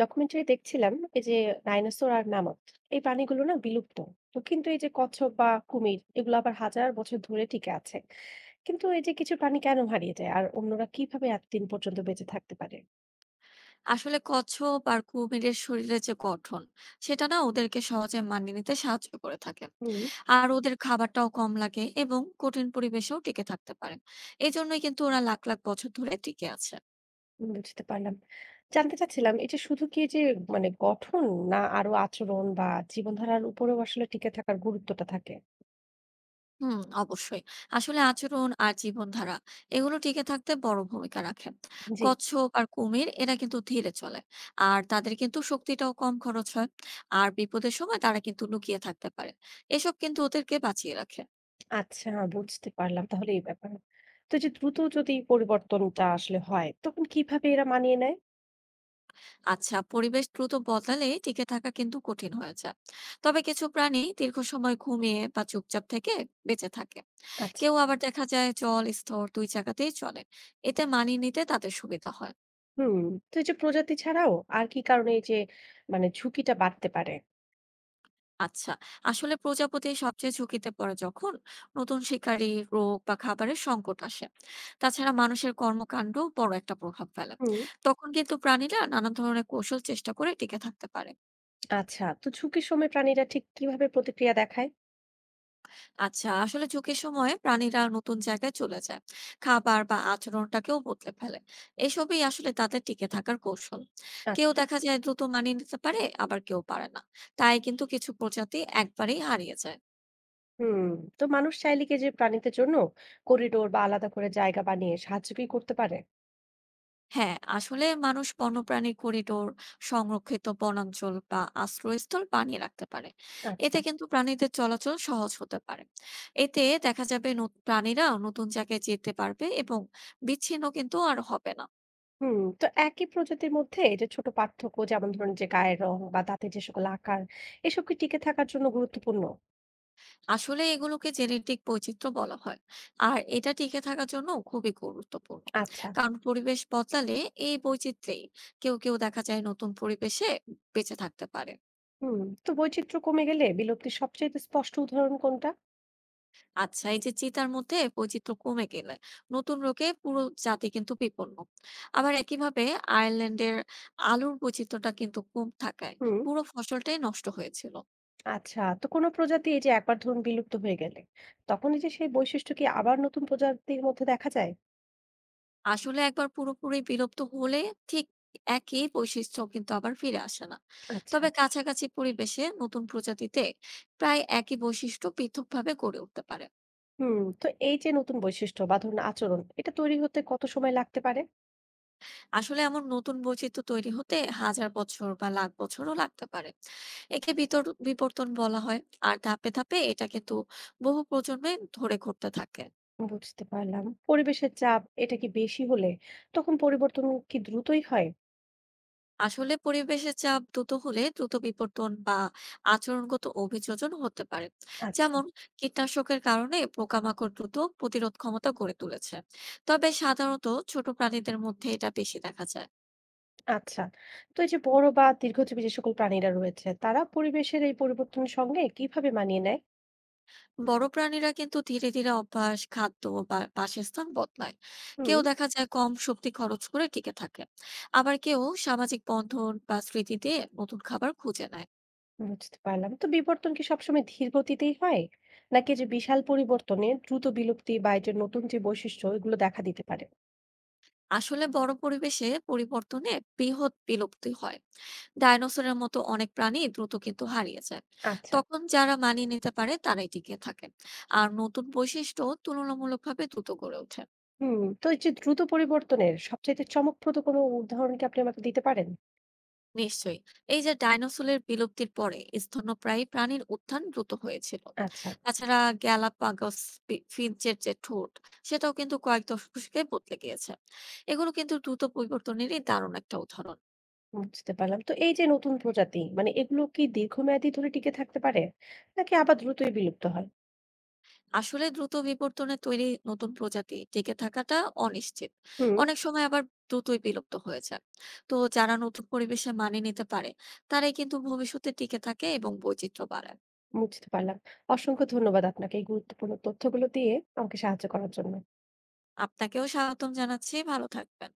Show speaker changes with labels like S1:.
S1: Documentary দেখছিলাম, এই যে ডাইনোসর আর ম্যামথ, এই প্রাণীগুলো না বিলুপ্ত। তো কিন্তু এই যে কচ্ছপ বা কুমির, এগুলো আবার হাজার বছর ধরে টিকে আছে। কিন্তু এই যে কিছু প্রাণী কেন হারিয়ে যায় আর অন্যরা কিভাবে এতদিন পর্যন্ত বেঁচে থাকতে পারে?
S2: আসলে কচ্ছপ আর কুমিরের শরীরের যে গঠন, সেটা না ওদেরকে সহজে মানিয়ে নিতে সাহায্য করে থাকে।
S1: হুম,
S2: আর ওদের খাবারটাও কম লাগে এবং কঠিন পরিবেশেও টিকে থাকতে পারে। এই জন্যই কিন্তু ওরা লাখ লাখ বছর ধরে টিকে আছে।
S1: বুঝতে পারলাম। জানতে চাচ্ছিলাম, এটা শুধু কি এই যে মানে গঠন, না আরো আচরণ বা জীবনধারার উপরেও আসলে টিকে থাকার গুরুত্বটা থাকে?
S2: হুম, অবশ্যই। আসলে আচরণ আর জীবনধারা, এগুলো টিকে থাকতে বড় ভূমিকা রাখে।
S1: জি।
S2: কচ্ছপ আর কুমির এরা কিন্তু ধীরে চলে, আর তাদের কিন্তু শক্তিটাও কম খরচ হয়। আর বিপদের সময় তারা কিন্তু লুকিয়ে থাকতে পারে। এসব কিন্তু ওদেরকে বাঁচিয়ে রাখে।
S1: আচ্ছা, বুঝতে পারলাম তাহলে এই ব্যাপার। তো এই যে দ্রুত যদি পরিবর্তনটা আসলে হয়, তখন কিভাবে এরা মানিয়ে নেয়?
S2: আচ্ছা, পরিবেশ দ্রুত বদলালে টিকে থাকা কিন্তু কঠিন হয়ে যায়। তবে কিছু প্রাণী দীর্ঘ সময় ঘুমিয়ে বা চুপচাপ থেকে বেঁচে থাকে।
S1: আচ্ছা।
S2: কেউ আবার দেখা যায় জল স্থল দুই জায়গাতেই চলে। এতে মানিয়ে নিতে তাদের সুবিধা হয়।
S1: হুম, তো এই যে প্রজাতি ছাড়াও আর কি কারণে এই যে মানে ঝুঁকিটা বাড়তে পারে?
S2: আচ্ছা, আসলে প্রজাপতি সবচেয়ে ঝুঁকিতে পড়ে যখন নতুন শিকারী, রোগ বা খাবারের সংকট আসে। তাছাড়া মানুষের কর্মকাণ্ড বড় একটা প্রভাব ফেলে।
S1: হুম।
S2: তখন কিন্তু প্রাণীরা নানা ধরনের কৌশল চেষ্টা করে টিকে থাকতে পারে।
S1: আচ্ছা, তো ঝুঁকির সময় প্রাণীরা ঠিক কিভাবে প্রতিক্রিয়া দেখায়?
S2: আচ্ছা, আসলে ঝুঁকির সময়ে প্রাণীরা নতুন জায়গায় চলে যায়, খাবার বা আচরণটাকেও বদলে ফেলে। এসবই আসলে তাদের টিকে থাকার কৌশল। কেউ
S1: আচ্ছা।
S2: দেখা যায় দ্রুত মানিয়ে নিতে পারে, আবার কেউ পারে না। তাই কিন্তু কিছু প্রজাতি একবারেই হারিয়ে যায়।
S1: হুম, তো মানুষ চাইলে কি যে প্রাণীদের জন্য করিডোর বা আলাদা করে জায়গা বানিয়ে সাহায্য কি করতে পারে?
S2: হ্যাঁ, আসলে মানুষ বন্যপ্রাণীর করিডোর, সংরক্ষিত বনাঞ্চল বা আশ্রয়স্থল বানিয়ে রাখতে পারে।
S1: আচ্ছা।
S2: এতে কিন্তু প্রাণীদের চলাচল সহজ হতে পারে। এতে দেখা যাবে প্রাণীরা নতুন জায়গায় যেতে পারবে এবং বিচ্ছিন্ন কিন্তু আর হবে না।
S1: হুম, তো একই প্রজাতির মধ্যে এই যে ছোট পার্থক্য, যেমন ধরুন যে গায়ের রং বা দাঁতের যে সকল আকার, এসব কি টিকে থাকার জন্য গুরুত্বপূর্ণ?
S2: আসলে এগুলোকে জেনেটিক বৈচিত্র্য বলা হয়। আর এটা টিকে থাকার জন্য খুবই গুরুত্বপূর্ণ।
S1: আচ্ছা।
S2: কারণ পরিবেশ বদলালে এই বৈচিত্র্যেই কেউ কেউ দেখা যায় নতুন পরিবেশে বেঁচে থাকতে পারে।
S1: হুম, তো বৈচিত্র্য কমে গেলে বিলুপ্তির সবচেয়ে স্পষ্ট উদাহরণ কোনটা?
S2: আচ্ছা, এই যে চিতার মধ্যে বৈচিত্র্য কমে গেলে নতুন রোগে পুরো জাতি কিন্তু বিপন্ন। আবার একইভাবে আয়ারল্যান্ডের আলুর বৈচিত্র্যটা কিন্তু কম থাকায়
S1: হুম।
S2: পুরো ফসলটাই নষ্ট হয়েছিল।
S1: আচ্ছা, তো কোনো প্রজাতি এই যে একবার ধরুন বিলুপ্ত হয়ে গেলে, তখন এই যে সেই বৈশিষ্ট্য কি আবার নতুন প্রজাতির মধ্যে দেখা যায়?
S2: আসলে একবার পুরোপুরি বিলুপ্ত হলে ঠিক একই বৈশিষ্ট্য কিন্তু আবার ফিরে আসে না।
S1: আচ্ছা।
S2: তবে কাছাকাছি পরিবেশে নতুন প্রজাতিতে প্রায় একই বৈশিষ্ট্য পৃথকভাবে গড়ে উঠতে পারে।
S1: হুম, তো এই যে নতুন বৈশিষ্ট্য বা ধরুন আচরণ এটা তৈরি হতে কত সময় লাগতে পারে?
S2: আসলে এমন নতুন বৈচিত্র্য তৈরি হতে হাজার বছর বা লাখ বছরও লাগতে পারে। একে বিতর বিবর্তন বলা হয়। আর ধাপে ধাপে এটা কিন্তু বহু প্রজন্মে ধরে ঘটতে থাকে।
S1: বুঝতে পারলাম। পরিবেশের চাপ এটা কি বেশি হলে তখন পরিবর্তন কি দ্রুতই হয়?
S2: আসলে পরিবেশের চাপ দ্রুত হলে দ্রুত বিবর্তন বা আচরণগত অভিযোজন হতে পারে।
S1: আচ্ছা।
S2: যেমন, কীটনাশকের কারণে পোকামাকড় দ্রুত প্রতিরোধ ক্ষমতা গড়ে তুলেছে। তবে সাধারণত ছোট প্রাণীদের মধ্যে এটা বেশি দেখা যায়।
S1: আচ্ছা, তো এই যে বড় বা দীর্ঘজীবী যে সকল প্রাণীরা রয়েছে, তারা পরিবেশের এই পরিবর্তনের সঙ্গে কিভাবে মানিয়ে নেয়?
S2: বড় প্রাণীরা কিন্তু ধীরে ধীরে অভ্যাস, খাদ্য বা বাসস্থান বদলায়।
S1: হুম।
S2: কেউ দেখা যায় কম শক্তি খরচ করে টিকে থাকে। আবার কেউ সামাজিক বন্ধন বা স্মৃতি দিয়ে নতুন খাবার খুঁজে নেয়।
S1: বুঝতে পারলাম। তো বিবর্তন কি সবসময় ধীর গতিতেই হয়? নাকি যে বিশাল পরিবর্তনে দ্রুত বিলুপ্তি বা এই যে নতুন যে বৈশিষ্ট্য এগুলো দেখা দিতে পারে?
S2: আসলে বড় পরিবেশে পরিবর্তনে বৃহৎ বিলুপ্তি হয়। ডাইনোসরের মতো অনেক প্রাণী দ্রুত কিন্তু হারিয়ে যায়।
S1: আচ্ছা।
S2: তখন যারা মানিয়ে নিতে পারে তারাই টিকে থাকে। আর নতুন বৈশিষ্ট্য তুলনামূলকভাবে দ্রুত গড়ে ওঠে।
S1: হুম। তো এই যে দ্রুত পরিবর্তনের সবচাইতে চমকপ্রদ কোনো উদাহরণ কি আপনি আমাকে দিতে পারেন?
S2: নিশ্চয়ই। এই যে ডাইনোসরের বিলুপ্তির পরে স্তন্যপ্রায়ী প্রাণীর উত্থান দ্রুত হয়েছিল।
S1: আচ্ছা,
S2: তাছাড়া গ্যালাপাগোস ফিঞ্চের যে ঠোঁট, সেটাও কিন্তু কয়েক দশকে বদলে গিয়েছে। এগুলো কিন্তু দ্রুত পরিবর্তনেরই দারুণ একটা উদাহরণ।
S1: বুঝতে পারলাম। তো এই যে নতুন প্রজাতি মানে এগুলো কি দীর্ঘমেয়াদী ধরে টিকে থাকতে পারে? নাকি আবার দ্রুতই বিলুপ্ত হয়?
S2: আসলে দ্রুত বিবর্তনে তৈরি নতুন প্রজাতি টিকে থাকাটা অনিশ্চিত।
S1: হুম,
S2: অনেক সময় আবার দ্রুতই বিলুপ্ত হয়ে যায়। তো যারা নতুন পরিবেশে মানিয়ে নিতে পারে তারাই কিন্তু ভবিষ্যতে টিকে থাকে এবং বৈচিত্র্য বাড়ায়।
S1: বুঝতে পারলাম। অসংখ্য ধন্যবাদ আপনাকে এই গুরুত্বপূর্ণ তথ্যগুলো দিয়ে আমাকে সাহায্য করার জন্য।
S2: আপনাকেও স্বাগতম জানাচ্ছি, ভালো থাকবেন।